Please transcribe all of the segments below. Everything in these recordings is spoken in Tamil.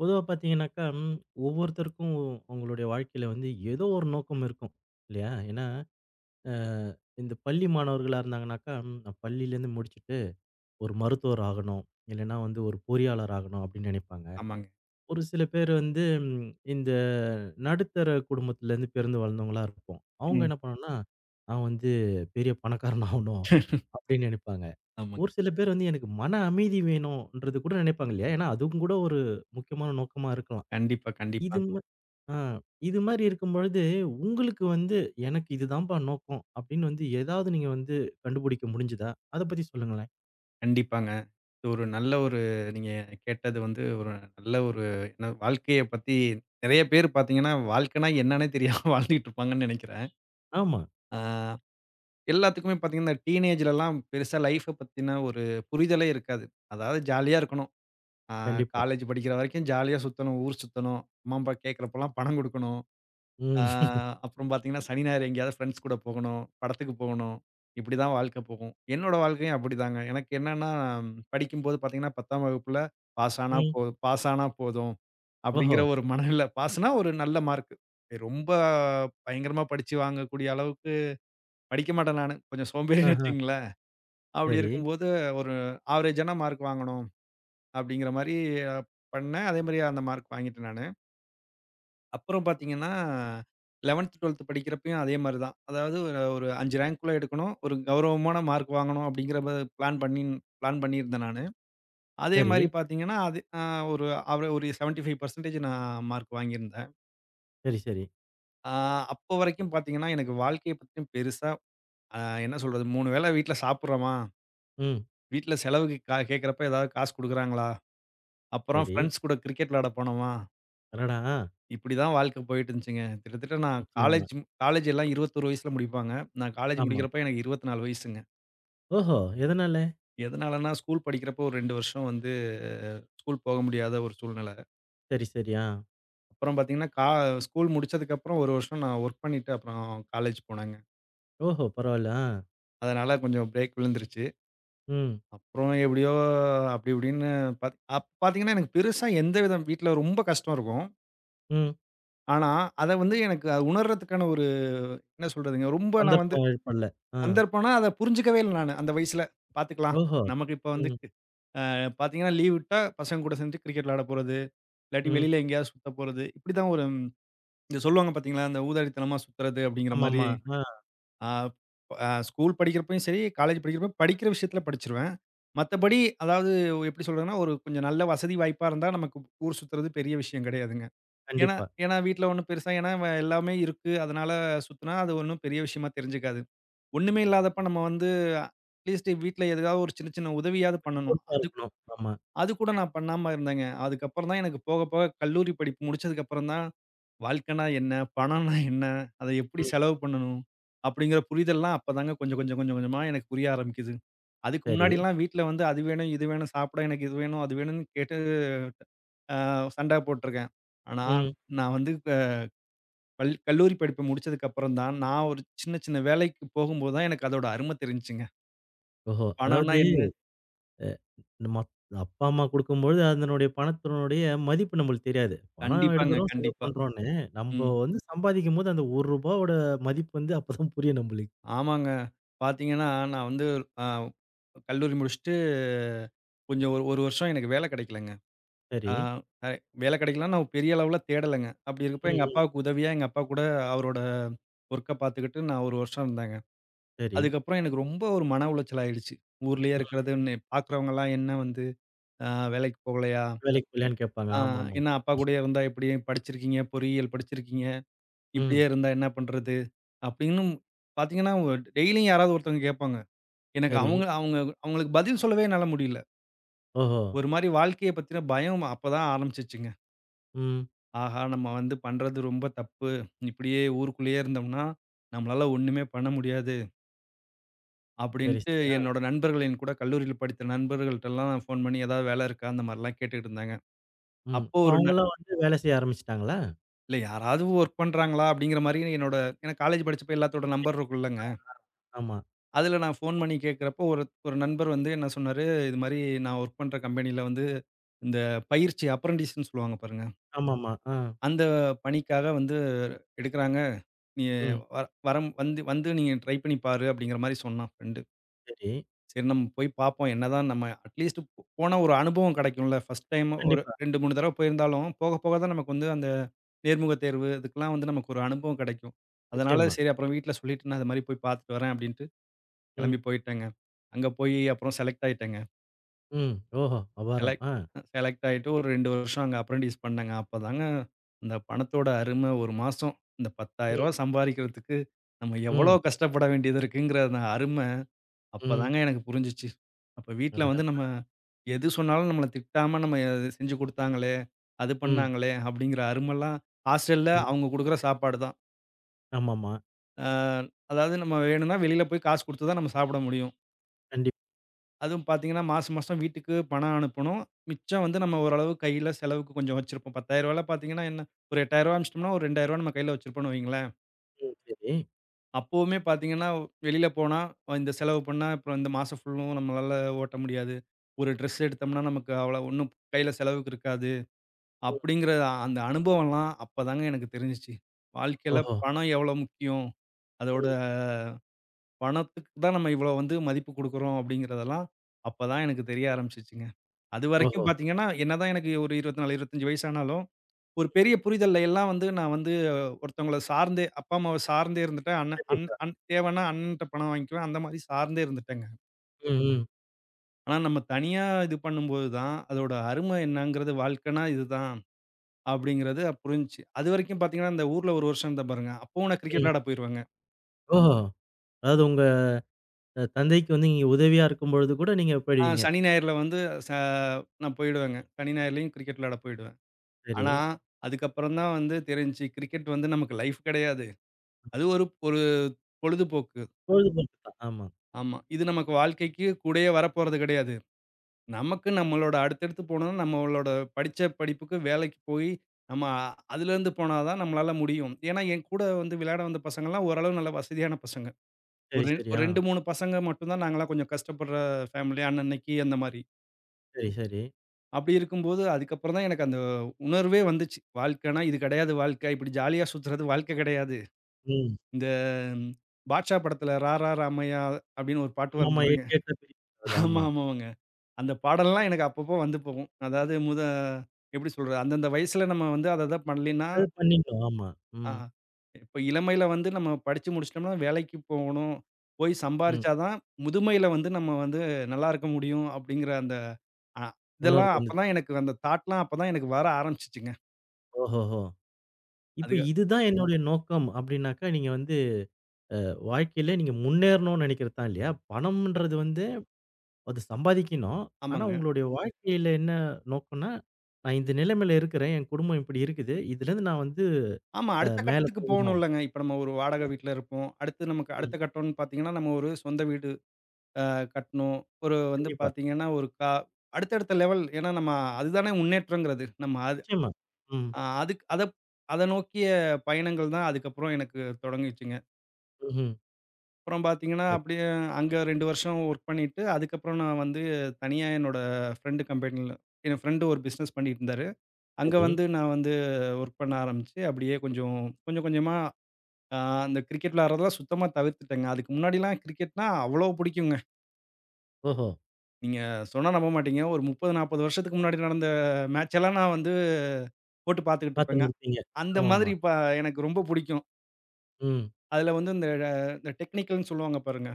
பொதுவா பார்த்தீங்கன்னாக்கா, ம் ஒவ்வொருத்தருக்கும் அவங்களுடைய வாழ்க்கையில வந்து ஏதோ ஒரு நோக்கம் இருக்கும். இல்லையா? ஏன்னா, அ இந்த பள்ளி மாணவர்களா இருந்தாங்கனாக்கா, ம், நான் பள்ளியிலேருந்து முடிச்சுட்டு ஒரு மருத்துவர் ஆகணும். இல்லன்னா வந்து ஒரு பொறியாளர் ஆகணும் அப்படின்னு நினைப்பாங்க. ஆமாங்க. ஒரு சில பேர் வந்து ம், இந்த நடுத்தர குடும்பத்திலேருந்து பிறந்து வளர்ந்தவங்களா இருப்போம். அவங்க ம். என்ன பண்ணணும்னா, நான் வந்து பெரிய பணக்காரன் ஆகணும் அப்படின்னு நினைப்பாங்க. ஆமாங்க. ஒரு சில பேர் வந்து எனக்கு மன அமைதி வேணும்ன்றது கூட நினைப்பாங்க இல்லையா? ஏன்னா அதுவும் கூட ஒரு முக்கியமான நோக்கமா இருக்கலாம். கண்டிப்பா, கண்டிப்பா. இது ம ஆ இது மாரி இருக்கும்பொழுது, உங்களுக்கு வந்து எனக்கு இதுதான்பா நோக்கம் அப்படின்னு வந்து ஏதாவது நீங்க வந்து கண்டுபிடிக்க முடிஞ்சதா? அத பத்தி சொல்லுங்களேன். கண்டிப்பாங்க. இது ஒரு நல்ல ஒரு நீங்க கேட்டது வந்து ஒரு நல்ல ஒரு என்ன வாழ்க்கைய பத்தி நெறைய பேர் பார்த்தீங்கன்னா, வாழ்க்கைனா என்னன்னே தெரியாம வாழ்ந்துட்டு இருப்பாங்கன்னு நெனைக்கிறேன். ஆமா. ஆ எல்லாத்துக்குமே பார்த்தீங்கன்னா, இந்த டீனேஜ்லலாம் பெருசா லைஃப்ப பத்தின ஒரு புரிதலே இருக்காது. அதாவது ஜாலியா இருக்கணும். ஆ கண்டிப்பா. காலேஜ் படிக்கிற வரைக்கும் ஜாலியா சுத்தணும், ஊர் சுத்தணும், அம்மா, அப்பா கேட்கிறப்பலாம் பணம் குடுக்கணும். ஆ ம். அப்புறம் பார்த்தீங்கன்னா, சனி, ஞாயிறு எங்கேயாவது ஃப்ரெண்ட்ஸ் கூட போகணும். படத்துக்கு போகணும். இப்படிதான் வாழ்க்கை போகும். என்னோட வாழ்க்கையும் அப்படிதாங்க. எனக்கு என்னன்னா, படிக்கும்போது பார்த்தீங்கன்னா, 10ஆம் வகுப்புல பாஸ் ஆனா ம். போதும் ஓஹோ! அப்படிங்கிற ஒரு மனநிலை. பாஸ்னா ஒரு நல்ல மார்க். ரொம்ப பயங்கரமா படிச்சு வாங்கக்கூடிய அளவுக்கு படிக்க மாட்டேன் நானு. கொஞ்சம் சோம்பேறின்னு ஆஹா. வச்சுக்கங்களேன். அப்படி சரி, இருக்கும்போது ஒரு ஆவரேஜான மார்க் வாங்கணும் அப்படிங்கிற மாரி பண்ணேன். அதே மாரி அந்த மார்க் வாங்கிட்டேன் நானு. அப்புறம் பார்த்தீங்கன்னா, 11த், 12த் படிக்கிறப்பயும் அதே மாரி தான். அதாவது ஒரு ஒரு 5 ரேங்க்குள்ள எடுக்கணும். ஒரு கௌரவமான மார்க் வாங்கணும் அப்படிங்கிற பிளான் பண்ணி பிளான் பண்ணியிருந்தேன் நானு. அதே சரி, மாரி பார்த்தீங்கன்னா, அது அ ஒரு அவ ஒரு 75% நான் மார்க் வாங்கியிருந்தேன். சரி, சரி. அ அப்போ வரைக்கும் பார்த்தீங்கன்னா, எனக்கு வாழ்க்கைய பத்தியும் பெருசா அ என்ன சொல்றது? 3 வேள வீட்ல சாப்பிடுறோமா? ம். வீட்ல செலவுக்கு கேட்கிறப்ப ஏதாவது காசு குடுக்குறாங்களா? அப்புறம் சரி. ஃப்ரெண்ட்ஸ் கூட கிரிக்கெட் விளையாட போனோமா? அடடா! இப்படிதான் வாழ்க்கை போயிட்டு இருந்துச்சுங்க. கிட்டத்தட்ட நான் நிச்சயமா. காலேஜ் காலேஜ் எல்லாம் 21 வயசுல முடிப்பாங்க. நான் காலேஜ் ஆமா. முடிக்கிறப்ப எனக்கு 24 வயசுங்க. ஓஹோ! எதனால? எதனாலன்னா ஸ்கூல் படிக்கிறப்போ ஒரு 2 வருஷம் வந்து ஸ்கூல் போக முடியாத ஒரு சூழ்நிலை. சரி, சரி. ஆ. அப்புறம் பார்த்தீங்கன்னா, ஸ்கூல் முடிச்சதுக்கப்புறம் 1 வருஷம் நான் ஒர்க் பண்ணிட்டு அப்புறம் காலேஜ் போனேங்க. ஓஹோ! பரவால்ல. ஆ. அதனால கொஞ்சம் பிரேக் விழுந்துருச்சு. ம். அப்புறம் எப்படியோ அப்படி இப்படின்னு பாத் அப்ப பார்த்தீங்கன்னா, எனக்கு பெருசா எந்த வித வீட்ல ரொம்ப கஷ்டம் இருக்கும். ம். ஆனா, அத வந்து எனக்கு அது உணர்றதுக்கான ஒரு என்ன சொல்றதுங்க, ரொம்ப நான் வந்து சந்தர்ப்பம் ஏற்படல. ஆ. சந்தர்ப்பம்னா, அத புரிஞ்சுக்கவே இல்ல நானு, அந்த வயசுல. பாத்துக்கலாம். ஓஹோ! நமக்கு இப்ப வந்து ம். பாத்தீங்கன்னா, லீவ் விட்டா பசங்க கூட சேர்ந்து கிரிக்கெட் விளையாட போறது, இல்லாட்டி ம். வெளியில எங்கேயாவது சுத்த போறது. இப்படிதான் ஒரு இந்த சொல்லுவாங்க பாத்தீங்களா, இந்த ஊதாரித்தனமா சுத்துறது அப்படிங்கிற மாரி. ஆமாமா. ஆ. ஆ அ ஸ்கூல் படிக்கிறப்பயும் சரி, காலேஜ் படிக்கிறப்ப படிக்கிற விஷயத்துல படிச்சுருவேன். மத்தபடி அதாவது எப்படி சொல்றதுன்னா, ஒரு கொஞ்சம் நல்ல வசதி வாய்ப்பா இருந்தா நமக்கு ஊர் சுத்துறது பெரிய விஷயம் கிடையாதுங்க. ஏன்னா கண்டிப்பா. ஏன்னா வீட்ல ஒண்ணும் பெருசா ஏன்னா எல்லாமே இருக்கு. அதனால சுத்துனா அது ஒண்ணும் பெரிய விஷயமா தெரிஞ்சுக்காது. ஒண்ணுமே இல்லாதப்ப நம்ம வந்து அட்லீஸ்ட் வீட்ல எதுக்காவது ஒரு சின்ன சின்ன உதவியாவது கொஞ்சம் பண்ணணும். பொறுப்பா அது இருக்கணும். ஆமா. அது கூட நான் பண்ணாம இருந்தேங்க. அதுக்கப்புறம் தான் எனக்கு போக போக கல்லூரி படிப்பு முடிச்சதுக்கப்புறம் தான், வாழ்க்கைனா என்ன? பணம்னா என்ன? அத எப்படி ம். செலவு பண்ணணும்? அப்படிங்கிற புரிதல்லாம் அப்பதாங்க கொஞ்சம் கொஞ்சம் கொஞ்சம் கொஞ்சமா எனக்கு புரிய ஆரம்பிக்குது. அதுக்கு சரி. முன்னாடிலாம் வீட்ல வந்து அது வேணும், இது வேணும், சாப்பிட எனக்கு இது வேணும், அது வேணும்னு கேட்டு அ சண்டை போட்டுருக்கேன். ஆனா, ம். நான் வந்து க பள் கல்லூரி படிப்பு முடிச்சதுக்கப்புறம் தான், நான் ஒரு சின்ன சின்ன வேலைக்கு போகும்போது தான் எனக்கு அதோட அரும தெரிஞ்சுச்சுங்க. ஓஹோ! பணம்னா அதாவது என்ன? அ நம்ம அப்பா, அம்மா குடுக்கும்பொழுது அதனுடைய பணத்தினுடைய மதிப்பு நம்மளுக்கு தெரியாது. பணம் கண்டிப்பாங்க, எடுக்கிறோம், செலவு கண்டிப்பா. பண்றோம்ன்னு. நம்ப ம். வந்து சம்பாதிக்கும்போது அந்த ரூ. 1 மதிப்பு வந்து அப்பதான் புரியும் நம்பளுக்கு. ஆமாங்க. பார்த்தீங்கன்னா, நான் வந்து அ கல்லூரி முடிச்சுட்டு கொஞ்சம் ஒரு 1 வருஷம் எனக்கு வேலை கிடைக்கலங்க. அ சரி. அ வேலை கிடைக்கலன்னா, நான் பெரிய அளவுல தேடலங்க. அப்படி ம், இருக்கப்ப எங்க ம். அப்பாவுக்கு உதவியா எங்க அப்பா கூட அவரோட ஒர்க்க பார்த்துக்கிட்டு நான் 1 வருஷம் இருந்தேங்க. சரி. அதுக்கப்புறம் எனக்கு ரொம்ப ஒரு மன உளைச்சல் ஆயிடுச்சு. ஊர்லயே ம். இருக்கிறதுன்னு பார்க்குறவங்கலாம் என்ன வந்து அ வேலைக்கு போகலையா? வேலைக்கு போகலையான்னு கேட்பாங்க. அ ஆமாமா. என்ன அப்பா கூடயே இருந்தா எப்படி? படிச்சிருக்கீங்க, பொறியியல் படிச்சிருக்கீங்க. இப்படியே ம். இருந்தா என்ன பண்றது? அப்படின்னு பார்த்தீங்கன்னா, டெய்லியும் யாராவது ஒருத்தவங்க கேட்பாங்க. எனக்கு சரி. அவங்க அவங்க அவங்களுக்கு பதில் சொல்லவே என்னால முடியல. ஓஹோ! ஒரு மாரி வாழ்க்கைய பத்தின பயம் அப்பதான் ஆரம்பிச்சுச்சுங்க. ம். ஆஹா! நம்ம வந்து பண்றது ரொம்ப தப்பு. இப்படியே ஊருக்குள்ளேயே இருந்தோம்னா, நம்மளால ஒண்ணுமே பண்ண முடியாது. சரி, அப்படின்ட்டு சரி. ஆ. என்னோட நண்பர்கள் என் கூட கல்லூரியில படித்த நண்பர்கள்ட்டலாம் ஃபோன் பண்ணி ஏதாவது வேலை இருக்கா? அந்த மாரிலாம் கேட்டுட்டு இருந்தாங்க. ம். அப்போ இப்ப ஒரு ந அவங்கலாம் வந்து வேலை செய்ய ஆரம்பிச்சுட்டாங்களா? இல்ல யாராவது வொர்க் பண்றாங்களா? அப்படிங்கிற மாரி என்னோட ஏன்னா காலேஜ் படிச்சப்ப எல்லாத்தோட நம்பர் இருக்கும்ல. ஆமா. அதில நான் ஃபோன் பண்ணி கேட்கிறப்போ, ஒரு ஒரு நண்பர் வந்து என்ன சொன்னாரு, இது மாரி நான் ஒர்க் பண்ற கம்பெனில வந்து இந்த பயிற்சி அப்ரன்டிஸ்ன்னு சொல்லுவாங்க பாருங்க. ஆமாமா. ஆ. அந்த பணிக்காக வந்து எடுக்குறாங்க. நீ ம். வ வரம் வந்து வந்து நீங்க ட்ரை பண்ணி பாரு அப்படிங்கிற மாரி சொன்னான் ஃப்ரெண்டு. சரி. சரி நம்ம போய் பார்ப்போம். என்னதான் நம்ம அட்லீஸ்ட் போனா ஒரு அனுபவம் கிடைக்கும்ல. ஃபர்ஸ்ட் டைம் ஒரு கண்டிப்பா. 2, 3 தடவ போயிருந்தாலும், போக போக தான் நமக்கு வந்து அந்த நேர்முக தேர்வு இதுக்கெல்லாம் வந்து நமக்கு ஒரு அனுபவம் கிடைக்கும். அதனால நிச்சயமா. சரி அப்புறம் வீட்ல சொல்லிட்டு நான் அது மாரி போய் பார்த்துட்டு வரேன் அப்படின்ட்டு ம். கிளம்பி போயிட்டேங்க. அங்க போயி அப்புறம் செலக்ட் ஆயிட்டேங்க. ம். ஓஹோ! அபாரம். செலக்ட் ஆ. செலக்ட் ஆயிட்டு ஒரு 2 வருஷம் அங்க அப்ரண்டிஸ் பண்ணேங்க. அப்பதாங்க அந்த பணத்தோட அரும 1 மாசம் இந்த ரூ. ம். 10,000 சம்பாரிக்கிறதுக்கு நம்ம எவ்வளோ ம். கஷ்டப்பட வேண்டியது இருக்குங்கிற அந்த அரும ம். அப்பதாங்க எனக்கு புரிஞ்சுச்சு. அப்ப வீட்ல அடடா! வந்து நம்ம எது சொன்னாலும் நம்மள திட்டாம நம்ம எ செஞ்சு குடுத்தாங்களே, அது ம். பண்ணாங்களே அப்டிங்கிற அருமலாம் ஹாஸ்டல்ல ம். அவங்க குடுக்குற சாப்பாடு தான். ஆமாமா. அ அதாவது நம்ம வேணும்னா வெளில போய் காசு குடுத்து தான் நம்ம சாப்பிட முடியும். கண்டிப்பா. அதுவும் பார்த்தீங்கன்னா, மாசம் மாசம் வீட்டுக்கு பணம் அனுப்பணும். மிச்சம் வந்து நம்ம ஓரளவு கையில செலவுக்கு கொஞ்சம் வச்சிருப்போம். ரூ. 10,000லாம் பார்த்தீங்கன்னா என்ன, ஒரு ரூ. 8,000 அனுப்பிச்சிட்டோம்னா, ஒரு ரூ. 2,000 நம்ம கையில வச்சிருப்போம்னு வையுங்களேன். ம். சரி. அப்பவுமே பார்த்தீங்கன்னா, வெளியில போனா இந்த செலவு பண்ணா, அப்புறம் இந்த மாசம் ஃபுல்லும் நம்மளால ஓட்ட முடியாது. ஒரு ட்ரெஸ் எடுத்தோம்னா, நமக்கு அவ்வளோ ஒண்ணும் கையில செலவுக்கு இருக்காது. ம். அப்படிங்கிற அந்த அனுபவம்லாம் அப்பதாங்க எனக்கு தெரிஞ்சுச்சு. வாழ்க்கையில ஓஹோ! பணம் எவ்வளோ முக்கியம். அதோட ம். பணத்துக்கு தான் நம்ம இவ்வளோ வந்து மதிப்பு குடுக்குறோம் அப்படிங்கிறதெல்லாம் அப்பதான் எனக்கு தெரிய ஆரம்பிச்சுச்சுங்க. அதுவரைக்கும் ஓஹோ! பார்த்தீங்கன்னா, என்னதான் எனக்கு ஒரு 24, 25 வயசானாலும், ஒரு பெரிய புரிதல்ல எல்லாம் வந்து நான் வந்து ஒருத்தவங்கள சார்ந்தே அப்பா, அம்மாவ சார்ந்தே இருந்துட்டேன். அண்ணன் அண் கண்டிப்பா. அண் தேவைன்னா அண்ணன்ட்ட பணம் வாங்கிக்குவேன். அந்த மாரி சார்ந்தே இருந்துட்டேங்க. ம். ம். ஆனா நம்ம தனியா இது பண்ணும்போது தான், அதோட அருமை என்னங்கிறது வாழ்க்கைனா இதுதான் அப்படிங்கிறது புரிஞ்சுச்சு. அதுவரைக்கும் பார்த்தீங்கன்னா, இந்த ஊர்ல 1 வருஷம் இருந்தேன் பாருங்க. அப்பவும் நான் கிரிக்கெட் ம். விளையாட போயிருவேங்க. ஓஹோ! அதாவது உங்க தந்தைக்கு வந்து நீங்க உதவியா இருக்கும்பொழுது கூட நீங்க போயிடுவீங்க. சனி, ஞாயிறுல வந்து ச நான் போயிடுவேங்க. சனி, ஞாயிறுலயும் கிரிக்கெட் விளையாட போயிடுவேன். சரி. ஆனா, அதுக்கப்புறம் தான் வந்து தெரிஞ்சுச்சு, கிரிக்கெட் வந்து நமக்கு லைஃப் கிடையாது. அது ஒரு ஒரு பொழுதுபோக்கு. பொழுதுபோக்கு தான். ஆமா. ஆமா. இது நமக்கு வாழ்க்கைக்கு கூடயே வரப்போறது கிடையாது. நமக்கு நம்மளோட அடுத்தடுத்து போணும்னா, நம்மளோட படிச்ச படிப்புக்கு வேலைக்கு போய், நம்ம அதுலேருந்து போனா தான் நம்மளால முடியும். ஏன்னா, என் கூட வந்து விளையாட வந்த பசங்கலாம் ஓரளவு நல்ல வசதியான பசங்க. சரி, சரி. ஒரு ஆ. 2, 3 பசங்க மட்டும் தான் நாங்கலாம் கொஞ்சம் கஷ்டப்படுற ஃபேமிலி. அன்னன்னைக்கு அந்த மாரி. சரி, சரி. அப்படி இருக்கும்போது, அதுக்கப்புறம் தான் எனக்கு அந்த உணர்வே வந்துச்சு. வாழ்க்கைனா இது கிடையாது வாழ்க்கை. இப்படி ஜாலியா சுத்துறது வாழ்க்கை கிடையாது. ம். இந்த ம், பாட்ஷா படத்துல "ராரா ராமையா" அப்படின்னு ஒரு பாட்டு வரும் ஆமாமா. பாருங்க. எட்டு எட்ட பிரிக்கக்கூடாது. ஆமா, ஆமா. ஆமாங்க. அந்த பாடல்லாம் எனக்கு அப்பப்போ வந்து போகும். அதாவது எப்படி சொல்றது? அந்தந்த வயசுல நம்ம வந்து அத அத பண்ணலின்னா அது பண்ணிட்டோம். ஆமா. ஆ ம். இப்ப இளமையில வந்து நம்ம படிச்சு முடிச்சுட்டோம்னா, வேலைக்கு போகணும். போய் ம். சம்பாரிச்சா தான் முதுமையில வந்து நம்ம வந்து நல்லாயிருக்க முடியும் அப்படிங்கிற அந்த அ இதெல்லாம் உணர்வு வந்துச்சு. அப்பதான் எனக்கு அந்த தாட்லாம் அப்பதான் எனக்கு வர ஆரம்பிச்சுச்சுங்க. ஓஹோஹோ! இப்ப அதுக்கு இதுதான் என்னுடைய நோக்கம் அப்டின்னாக்கா, நீங்க வந்து வாழ்க்கையில நீங்க முன்னேறணும்னு நெனைக்கிறது தான் இல்லையா? பணம்ன்றது வந்து அது சம்பாதிக்கணும். ஆனா ஆமாங்க. உங்களுடைய ம். வாழ்க்கையில என்ன நோக்கம்னா, நான் இந்த நிலைமையில இருக்கிறேன். என் குடும்பம் இப்படி இருக்குது. இதுலேருந்து நான் வந்து ஆமா. அடுத்த மேல கட்டத்துக்கு போகணும். போணும்லங்க. இப்ப நம்ம ஒரு வாடகை வீட்ல இருப்போம். அடுத்து நமக்கு ம். அடுத்த கட்டம்ன்னு பார்த்தீங்கன்னா, நம்ம ஒரு சொந்த வீடு அ கட்டணும். ஒரு வந்து கண்டிப்பா. பார்த்தீங்கன்னா, ஒரு கா அடுத்தடுத்த லெவல் ஏன்னா நம்ம அதுதானே முன்னேற்றங்கிறது. நம்ம அது நிச்சயமா. ம். அ அதுக்கு அத அத நோக்கிய பயணங்கள் தான் அதுக்கப்புறம் எனக்கு தொடங்குச்சுங்க. ம்ஹ்ம். அப்புறம் பார்த்தீங்கன்னா, சரி, அப்படியே அங்க 2 வருஷம் ஒர்க் பண்ணிட்டு, அதுக்கப்புறம் நான் வந்து தனியா என்னோட ஃப்ரெண்டு கம்பெனில என் ஃப்ரெண்டு ஒரு பிசினஸ் பண்ணிட்டு இருந்தாரு. அங்க சரி. வந்து நான் வந்து ஒர்க் பண்ண ஆரம்பிச்சு, அப்படியே கொஞ்சம் கொஞ்சம் கொஞ்சமா ஆ அந்த கிரிக்கெட் விளையாடுறதெல்லாம் சுத்தமா தவிர்த்துட்டேங்க. அதுக்கு முன்னாடிலாம் கிரிக்கெட்னா அவ்ளோ புடிக்குங்க. ஓஹோ! நீங்க சொன்னா நம்ப மாட்டீங்க. ஒரு 30, 40 வருஷத்துக்கு முன்னாடி நடந்த மேட்ச் எல்லாம் நான் வந்து போட்டு பார்த்துக்கிட்டு இருப்பேங்க. பார்த்துன்னு இருப்பீங்க. அந்த மாதிரி ஆமாமா. இப்ப எனக்கு ரொம்ப புடிக்கும். ம். அதுல வந்து இந்த இந்த டெக்னிக்கல்ன்னு சொல்லுவாங்க பாருங்க.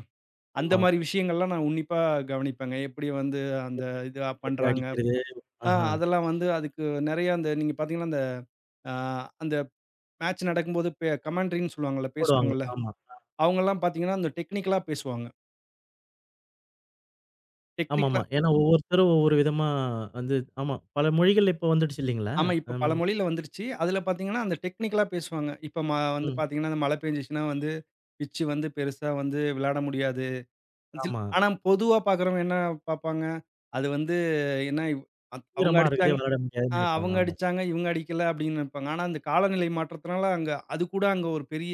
அந்த ஆமா. மாரி விஷயங்கள்லாம் நான் உன்னிப்பா கவனிப்பேங்க. எப்படி வந்து அந்த எப்படி இது திட்டுறது, பண்றாங்க. அடிக்கிறது. ஆஹா. அதெல்லாம் வந்து அதுக்கு நெறைய அந்த நீங்க பார்த்தீங்கன்னா, அந்த ஆ அந்த மேட்ச் நடக்கும்போது கமெண்ட்ரின்னு சொல்லுவாங்கல்ல, போடுவாங்க. பேசுவாங்கல்ல. ஆமா. அவங்கலாம் பார்த்தீங்கன்னா, அந்த டெக்னிக்கலா பேசுவாங்க. டெக்னிக்கலா ஆமாமா. ஏன்னா ஒவ்வொருத்தரும் ஒவ்வொரு விதமா வந்து ஆமா. பல மொழிகள் இப்ப வந்துடுச்சு இல்லைங்களா? ஆமா. இப்ப பல ம். மொழியில வந்துருச்சு. அதுல பார்த்தீங்கன்னா, அந்த டெக்னிக்கலா பேசுவாங்க. இப்ப வந்து ம். பார்த்தீங்கன்னா, அந்த மழை பெஞ்சுச்சுன்னா வந்து பிட்ச் வந்து பெருசா வந்து விளையாட முடியாது. ஆமா. ஆனா பொதுவா பார்க்குறவங்க என்ன பார்ப்பாங்க, அது வந்து என்ன இவ் அத் அவங்க "ஈரமா இருக்குதே, அடிச்சாங்க விளையாட முடியாதுன்னு" நினைப்பாங்க. அவங்க ஆமா. அடிச்சாங்க, இவங்க அடிக்கல அப்படின்னு நினைப்பாங்க. ஆனா அந்த காலநிலை மாற்றத்தினால அங்க அது கூட அங்க ஒரு பெரிய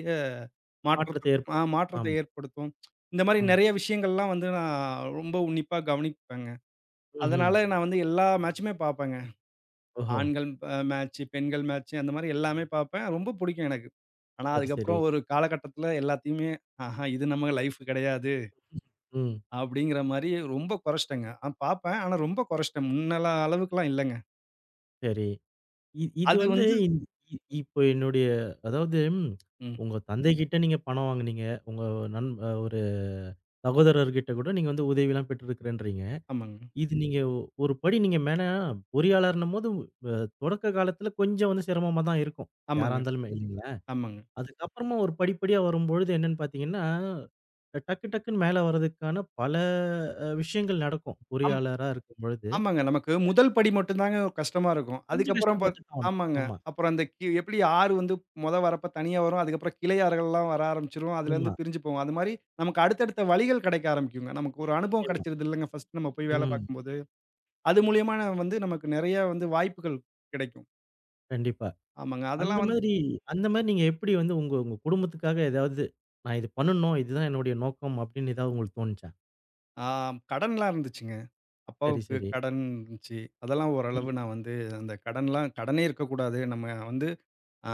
மாற்றத்த மாற்றத்தை ஏற்படுத்தும். மாற்றத்தை ஆமா. ஏற்படுத்தும். இந்த மாரி ம். நெறைய விஷயங்கள்லாம் வந்து நான் ரொம்ப உன்னிப்பா கவனிப்பேங்க. ம்ஹ்ம். அதனால நான் வந்து எல்லா மேட்சுமே பார்ப்பேங்க. ஓஹோ! ஆண்கள் மேட்ச்சு, பெண்கள் மேட்ச்சு அந்த மாரி எல்லாமே பார்ப்பேன். ரொம்ப புடிக்கும் எனக்கு. ஆனா, சரி, சரி. அதுக்கப்புறம் ஒரு காலகட்டத்தில எல்லாத்தையுமே, ஆஹா இது நம்ம லைஃப் கிடையாது. ம். அப்படிங்கிற மாரி ரொம்ப குறைச்சிட்டேங்க. அ பார்ப்பேன். ஆனா ரொம்ப குறைச்சிட்டேன். முன்னலாம் அளவுக்குலாம் இல்லங்க. சரி. இ இது அது வந்து வந்து இந் இ இப்போ என்னுடைய அதாவது ம். உங்க தந்தைகிட்ட நீங்க பணம் வாங்குனீங்க. உங்க நண் அ ஒரு சகோதரர்கிட்ட கூட நீங்க வந்து உதவிலாம் பெற்றிருக்கிறேன்றீங்க. ஆமாங்க. இது நீங்க ஒரு படி நீங்க மேல பொறியாளர்ன்னும்போது அ தொடக்க காலத்துல கொஞ்சம் வந்து சிரமமா தான் இருக்கும். யாரா ஆமாங்க. இருந்தாலுமே இல்லைங்களா? ஆமாங்க. அதுக்கப்புறமா ஒரு படிப்படியா வரும்பொழுது என்னன்னு பார்த்தீங்கன்னா, டக்கு டக்குன்னு மேல வர்றதுக்கான பல விஷயங்கள் நடக்கும். ஆமா. பொறியாளரா இருக்கும்பொழுது ஆமாங்க. நமக்கு முதல் படி மட்டும் தாங்க கஷ்டமா இருக்கும். கொஞ்சம் அதுக்கப்புறம் பாத் கஷ்டப்பட்டு தான் ஆகணும். ஆமாங்க. ஆமா, அப்புறம் அந்த எப்படி ஆறு வந்து வரப்ப தனியா வரும். அதுக்கப்புறம் கிளை ஆறுகள்லாம் வர ஆரம்பிச்சுரும். ஆமா. அதுலேருந்து பிரிஞ்சு போகும். அது மாரி நமக்கு அடுத்தடுத்த வழிகள் கிடைக்க ஆரம்பிக்குங்க. நமக்கு ஒரு அனுபவம் நிச்சயமா. கிடைச்சிருது இல்லங்க ஃபர்ஸ்ட் நம்ம போய் வேலை ம். பார்க்கும்போது. அது மூலியமா நான் வந்து நமக்கு நெறைய வந்து வாய்ப்புகள் கிடைக்கும். கண்டிப்பா. ஆமாங்க. அந்த அதெல்லாம் வந்து மாதிரி அந்த மாதிரி நீங்க எப்படி வந்து உங்க உங்க குடும்பத்துக்காக ஏதாவது, நான் இது பண்ணணும். இதுதான் என்னுடைய நோக்கம் அப்படின்னு ஏதாவது உங்களுக்கு தோணுச்சா? ஆ கடன்லாம் இருந்துச்சுங்க. சரி, அப்பாவுக்கு சரி. கடன் இருந்துச்சு. அதெல்லாம் ம். ஓரளவு நான் வந்து அந்த கடன்லாம் கடனே இருக்கக்கூடாது. நம்ம வந்து ஆ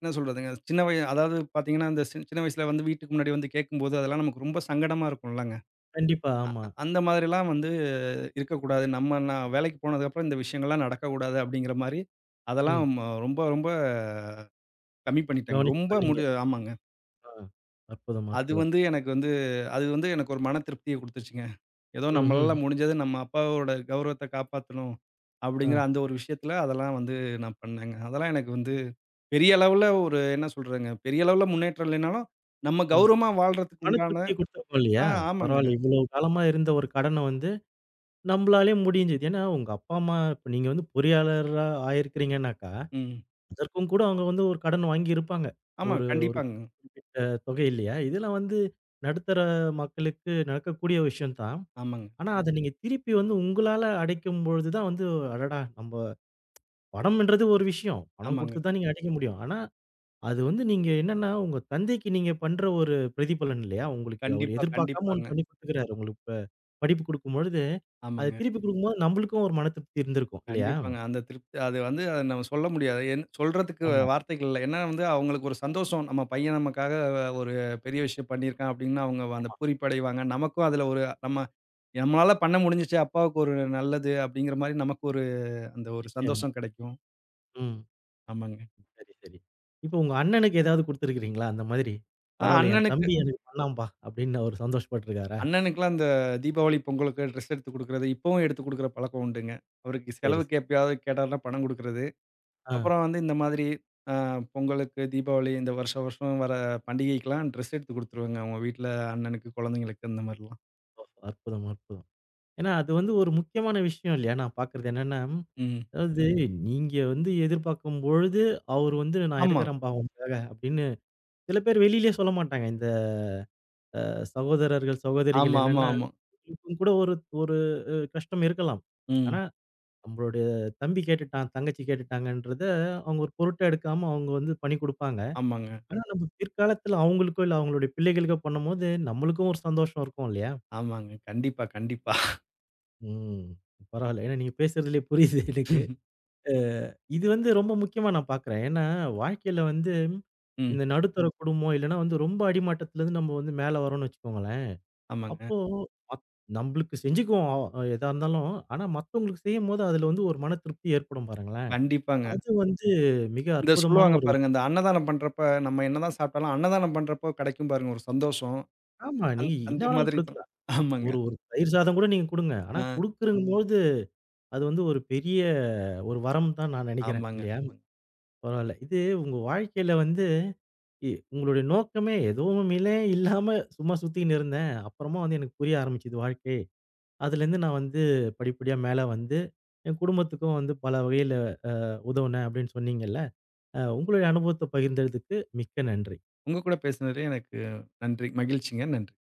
என்ன சொல்றதுங்க? சின்ன வய அதாவது பார்த்தீங்கன்னா, அந்த சின்ன வயசுல வந்து வீட்டுக்கு முன்னாடி வந்து கேட்கும்போது, அதெல்லாம் நமக்கு ரொம்ப சங்கடமா இருக்கும்லங்க. கண்டிப்பா. அ ஆமா. அந்த மாதிரிலாம் வந்து இருக்கக்கூடாது. நான் வேலைக்கு போனதுக்கப்புறம் இந்த விஷயங்கள்லாம் நடக்கக்கூடாது அப்படிங்கிற மாரி, அதெல்லாம் ம். ரொம்ப ரொம்ப கம்மி பண்ணிட்டேங்க. கவனிச்சு ரொம்ப பண்ணீங்க. முடி ஆமாங்க. ஆ. அற்புதம், அது அற்புதம். வந்து எனக்கு வந்து அது வந்து எனக்கு ஒரு மன திருப்திய குடுத்துச்சுங்க. ஏதோ நம்மளால ம்ஹ்ம். முடிஞ்சது நம்ம அப்பாவோட கௌரவத்த காப்பாத்தணும், ஆ. அப்படிங்கிற அந்த ஒரு விஷயத்துல அதெல்லாம் வந்து நான் பண்ணேங்க. அதெல்லாம் எனக்கு வந்து பெரிய அளவுல ஒரு என்ன சொல்றதுங்க, பெரிய அளவுல முன்னேற்றம் இல்லைனாலும், நம்ம ம். கௌரவமா வாழ்றதுக்கு மன உண்டான திருப்திய குடுத்துருக்கும் இல்லையா? ஆமாங்க. பரவாயில்ல. இவ்வளவு காலமா இருந்த ஒரு கடன வந்து, நம்மளாலயே முடிஞ்சது. ஏன்னா உங்க அப்பா, அம்மா இப்ப நீங்க வந்து பொறியாளரா ஆயிருக்கிறீங்கன்னாக்கா, ம். அதற்கும் கூட அவங்க வந்து ஒரு கடன் வாங்கியிருப்பாங்க. ஆமா, ஒரு ஒரு கண்டிப்பாங்க. குறிப்பிட்ட தொகை இல்லையா? இதெல்லாம் வந்து நடுத்தர மக்களுக்கு நடக்கக்கூடிய விஷயம் தான். ஆமாங்க, ஆனா, அத நீங்க திருப்பி வந்து உங்களால அடைக்கும்பொழுது தான் வந்து, அடடா! நம்ப பணம்ன்றது ஒரு விஷயம். பணம் ஆமாங்க. குடுத்து தான் நீங்க அடைக்க முடியும். ஆனா, அது வந்து நீங்க என்னன்னா, உங்க தந்தைக்கு நீங்க பண்ற ஒரு பிரதிபலன் இல்லையா? உங்களுக்கு அவர் கண்டிப்பா, எதிர்பார்க்காம ஒண்ணு கண்டிப்பாங்க. பண்ணி குடுத்துக்கிறாரு. உங்களுக்கு இப்ப படிப்பு குடுக்கும்பொழுது, அத ஆமாங்க. திருப்பி குடுக்கும்போது நம்பளுக்கும் ஒரு மன திருப்தி இருந்திருக்கும். இல்லையா? கண்டிப்பாங்க. அந்த திருப்தி அது வந்து அத நம்ம சொல்ல முடியாது. என் சொல்றதுக்கு ஆமா, வார்த்தைகள் இல்ல. ஏன்னா வந்து அவங்களுக்கு ஒரு சந்தோஷம். நம்ம பையன் நமக்காக ஒரு பெரிய விஷயம் பண்ணியிருக்கான் அப்படின்னு அவங்க அந்த ஆமா. பூரிப்பு அடைவாங்க. நமக்கும் அதுல ஒரு நம்ம நம்மளால பண்ண முடிஞ்சுச்சு, அப்பாவுக்கு ஒரு நல்லது அப்படிங்கிற மாரி நமக்கு ஒரு அந்த ஒரு நிச்சயமா. சந்தோஷம் கெடைக்கும். ம். ஆமாங்க. சரி, சரி. இப்ப உங்க அண்ணனுக்கு ஏதாவது குடுத்துருக்கிறீங்களா? அந்த மாதிரி, "பரவால்ல என் அண்ணனுக்கு தம்பி எனக்கு பண்ணாம்பா" அப்படின்னு அவரு சந்தோஷப்பட்டுருக்காரா? இந்த தீபாவளி, பொங்கலுக்கு ட்ரெஸ் எடுத்து குடுக்குறது, இப்பவும் எடுத்து குடுக்குற பழக்கம் உண்டுங்க. அவருக்கு சரி, சரி. செலவுக்கு எப்பயாவது கேட்டாருன்னா பணம் குடுக்குறது. ஆ. அப்புறம் வந்து இந்த மாதிரி அ பொங்கலுக்கு, தீபாவளி இந்த வருஷம் வருஷம் வர பண்டிகைக்கெல்லாம் ட்ரெஸ் எடுத்து குடுத்துருவேங்க. அவங்க வீட்ல அண்ணனுக்கு, குழந்தைங்களுக்கு இந்த மாரிலாம். அற்புதம், அற்புதம். ஏன்னா, அது வந்து ஒரு முக்கியமான விஷயம் இல்லையா? நான் பார்க்கிறது என்னன்னா, ம். அதாவது நீங்க வந்து எதிர்பார்க்கும் பொழுது, அவரு வந்து "நான் ஆமா. இருக்கிறேன்ப்பா உனக்காக" அப்படின்னு சில பேர் வெளியிலேயே சொல்ல மாட்டாங்க. இந்த சகோதரர்கள், சகோதரிகள் ஆமா, ஆமா, என்னன்னா, ஆமா. இவங்க கூட ஒரு ஒரு அ கஷ்டம் இருக்கலாம். ம். ஆனா, நம்மளுடைய தம்பி கேட்டுட்டான், தங்கச்சி கேட்டுட்டாங்கன்றத, அவங்க ஒரு பொருட்டா எடுக்காம அவங்க வந்து பண்ணி குடுப்பாங்க. ஆமாங்க, ஆனா நம்ம பிற்காலத்துல அவங்களுக்கோ, இல்ல அவங்களுடைய பிள்ளைகளுக்கோ பண்ணும்போது, நம்மளுக்கும் ஒரு சந்தோஷம் இருக்கும் இல்லையா? ஆமாங்க. கண்டிப்பா, கண்டிப்பா. ம். பரவால்ல. ஏன்னா நீங்க பேசுறதுலயே புரியுது எனக்கு. அ இது வந்து ரொம்ப முக்கியமா நான் பார்க்குறேன். ஏன்னா வாழ்க்கையில வந்து ம். இந்த நடுத்தர குடும்பம் இல்லன்னா வந்து ரொம்ப அடிமட்டத்துலருந்து நம்ம வந்து மேல வரோம்னு வச்சுக்கோங்களேன். ஆமாங்க. அப்போ மத் நம்பளுக்கு செஞ்சுக்குவோம் எதா இருந்தாலும். ஆனா மத்தவங்களுக்கு செய்யும்போது அதுல வந்து ஒரு மன திருப்தி ஏற்படும் பாருங்களேன். கண்டிப்பாங்க. அது வந்து மிக இந்த அற்புதமான சொல்லுவாங்க ஒரு விஷயம். பாருங்க, இந்த அன்னதானம் பண்றப்ப நம்ம என்னதான் சாப்பிட்டாலும், அன்னதானம் பண்றப்போ கெடைக்கும் பாருங்க ஒரு சந்தோஷம். ஆமா. நீங்க என்ன அந்த வேணாலும் மாதிரி தான். குடுக்கலாம். ஆமாங்க. ஒரு ஒரு தயிர் சாதம் கூட நீங்க குடுங்க. ஆனா அ. குடுக்குறங்கும்போது அது வந்து ஒரு பெரிய ஒரு வரம் தான் நான் நினைக்கிறேன். ஆமாங்க, இல்லையா? ஆமாங்க. பரவால்ல. இது உங்க வாழ்க்கையில வந்து உங்களுடைய நோக்கமே எதுவுமிலே இல்லாம சும்மா சுத்திக்கின்னு இருந்தேன். அப்புறமா வந்து எனக்கு புரிய ஆரம்பிச்சது வாழ்க்கை. அதுலேருந்து நான் வந்து படிப்படியா மேல வந்து என் குடும்பத்துக்கும் வந்து பல வகையில உதவுனேன் அப்படின்னு சொன்னீங்கல்ல. உங்களுடைய அனுபவத்த பகிர்ந்ததுக்கு மிக்க நன்றி. உங்க கூட பேசுனது எனக்கு நன்றி. மகிழ்ச்சிங்க. நன்றி.